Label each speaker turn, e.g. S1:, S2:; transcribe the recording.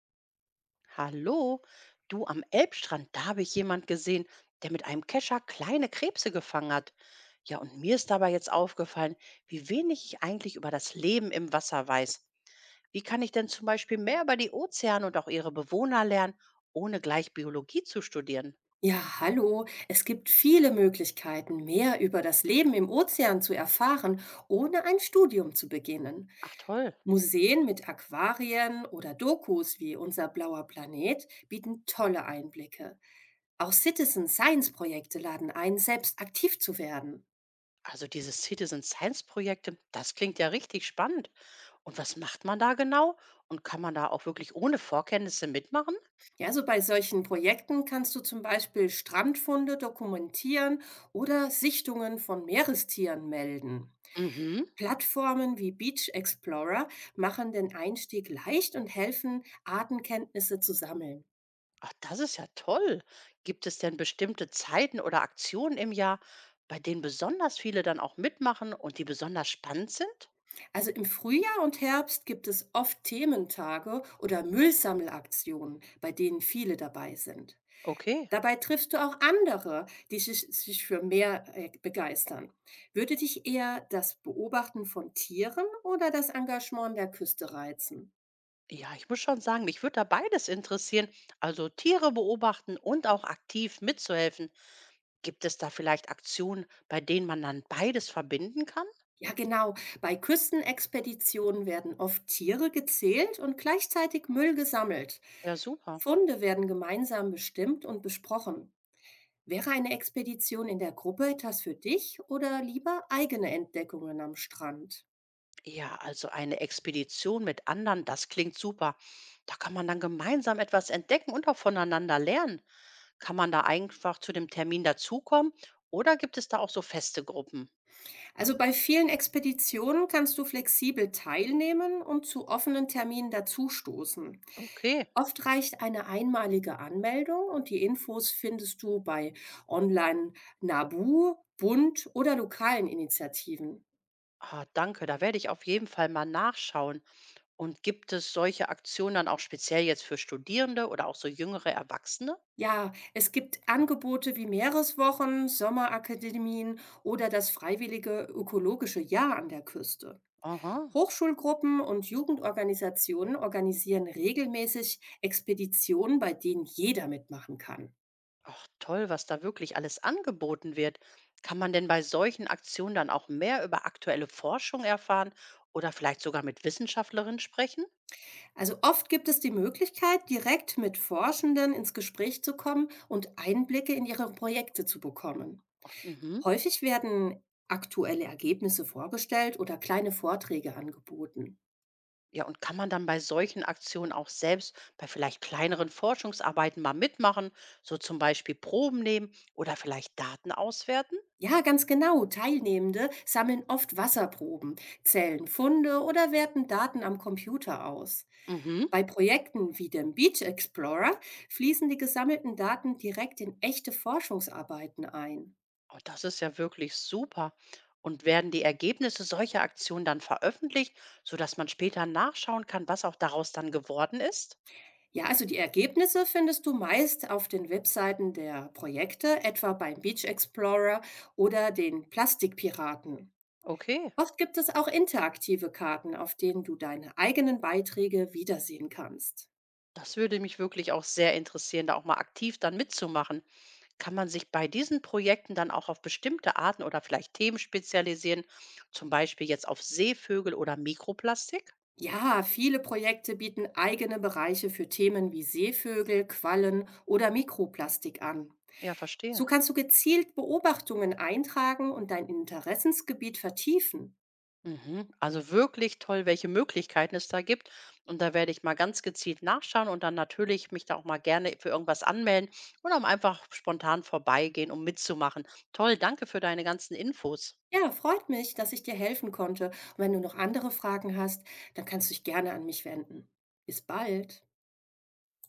S1: Hallo, du am Elbstrand, da habe ich jemand gesehen, der mit einem Kescher kleine Krebse gefangen hat. Ja, und mir ist dabei jetzt aufgefallen, wie wenig ich eigentlich über das Leben im Wasser weiß. Wie kann ich denn zum Beispiel mehr über die Ozeane und auch ihre Bewohner lernen, ohne gleich Biologie zu studieren?
S2: Ja, hallo. Es gibt viele Möglichkeiten, mehr über das Leben im Ozean zu erfahren, ohne ein Studium zu beginnen.
S1: Ach toll.
S2: Museen mit Aquarien oder Dokus wie Unser blauer Planet bieten tolle Einblicke. Auch Citizen Science Projekte laden ein, selbst aktiv zu werden.
S1: Also dieses Citizen Science Projekte, das klingt ja richtig spannend. Und was macht man da genau? Und kann man da auch wirklich ohne Vorkenntnisse mitmachen?
S2: Ja, so bei solchen Projekten kannst du zum Beispiel Strandfunde dokumentieren oder Sichtungen von Meerestieren melden.
S1: Mhm.
S2: Plattformen wie Beach Explorer machen den Einstieg leicht und helfen, Artenkenntnisse zu sammeln.
S1: Ach, das ist ja toll. Gibt es denn bestimmte Zeiten oder Aktionen im Jahr, bei denen besonders viele dann auch mitmachen und die besonders spannend sind?
S2: Also im Frühjahr und Herbst gibt es oft Thementage oder Müllsammelaktionen, bei denen viele dabei sind.
S1: Okay.
S2: Dabei triffst du auch andere, die sich für mehr begeistern. Würde dich eher das Beobachten von Tieren oder das Engagement an der Küste reizen?
S1: Ja, ich muss schon sagen, mich würde da beides interessieren. Also Tiere beobachten und auch aktiv mitzuhelfen. Gibt es da vielleicht Aktionen, bei denen man dann beides verbinden kann?
S2: Ja, genau. Bei Küstenexpeditionen werden oft Tiere gezählt und gleichzeitig Müll gesammelt.
S1: Ja, super.
S2: Funde werden gemeinsam bestimmt und besprochen. Wäre eine Expedition in der Gruppe etwas für dich oder lieber eigene Entdeckungen am Strand?
S1: Ja, also eine Expedition mit anderen, das klingt super. Da kann man dann gemeinsam etwas entdecken und auch voneinander lernen. Kann man da einfach zu dem Termin dazukommen oder gibt es da auch so feste Gruppen?
S2: Also bei vielen Expeditionen kannst du flexibel teilnehmen und zu offenen Terminen dazustoßen.
S1: Okay,
S2: Oft reicht eine einmalige Anmeldung und die Infos findest du bei Online Nabu, Bund oder lokalen Initiativen.
S1: ah, danke, da werde ich auf jeden Fall mal nachschauen. Und gibt es solche Aktionen dann auch speziell jetzt für Studierende oder auch so jüngere Erwachsene?
S2: Ja, es gibt Angebote wie Meereswochen, Sommerakademien oder das freiwillige ökologische Jahr an der Küste.
S1: Aha.
S2: Hochschulgruppen und Jugendorganisationen organisieren regelmäßig Expeditionen, bei denen jeder mitmachen kann.
S1: Ach toll, was da wirklich alles angeboten wird. Kann man denn bei solchen Aktionen dann auch mehr über aktuelle Forschung erfahren oder vielleicht sogar mit Wissenschaftlerinnen sprechen?
S2: Also oft gibt es die Möglichkeit, direkt mit Forschenden ins Gespräch zu kommen und Einblicke in ihre Projekte zu bekommen.
S1: Mhm.
S2: Häufig werden aktuelle Ergebnisse vorgestellt oder kleine Vorträge angeboten.
S1: Ja, und kann man dann bei solchen Aktionen auch selbst bei vielleicht kleineren Forschungsarbeiten mal mitmachen, so zum Beispiel Proben nehmen oder vielleicht Daten auswerten?
S2: Ja, ganz genau. Teilnehmende sammeln oft Wasserproben, zählen Funde oder werten Daten am Computer aus.
S1: Mhm.
S2: Bei Projekten wie dem Beach Explorer fließen die gesammelten Daten direkt in echte Forschungsarbeiten ein.
S1: Oh, das ist ja wirklich super. Und werden die Ergebnisse solcher Aktionen dann veröffentlicht, sodass man später nachschauen kann, was auch daraus dann geworden ist?
S2: Ja, also die Ergebnisse findest du meist auf den Webseiten der Projekte, etwa beim Beach Explorer oder den Plastikpiraten.
S1: Okay.
S2: Oft gibt es auch interaktive Karten, auf denen du deine eigenen Beiträge wiedersehen kannst.
S1: Das würde mich wirklich auch sehr interessieren, da auch mal aktiv dann mitzumachen. Kann man sich bei diesen Projekten dann auch auf bestimmte Arten oder vielleicht Themen spezialisieren, zum Beispiel jetzt auf Seevögel oder Mikroplastik?
S2: Ja, viele Projekte bieten eigene Bereiche für Themen wie Seevögel, Quallen oder Mikroplastik an.
S1: Ja,
S2: So
S1: verstehe.
S2: kannst du gezielt Beobachtungen eintragen und dein Interessensgebiet vertiefen.
S1: Mhm. Also wirklich toll, welche Möglichkeiten es da gibt. Und da werde ich mal ganz gezielt nachschauen und dann natürlich mich da auch mal gerne für irgendwas anmelden oder auch einfach spontan vorbeigehen, um mitzumachen. Toll, danke für deine ganzen Infos.
S2: Ja, freut mich, dass ich dir helfen konnte. Und wenn du noch andere Fragen hast, dann kannst du dich gerne an mich wenden. Bis bald.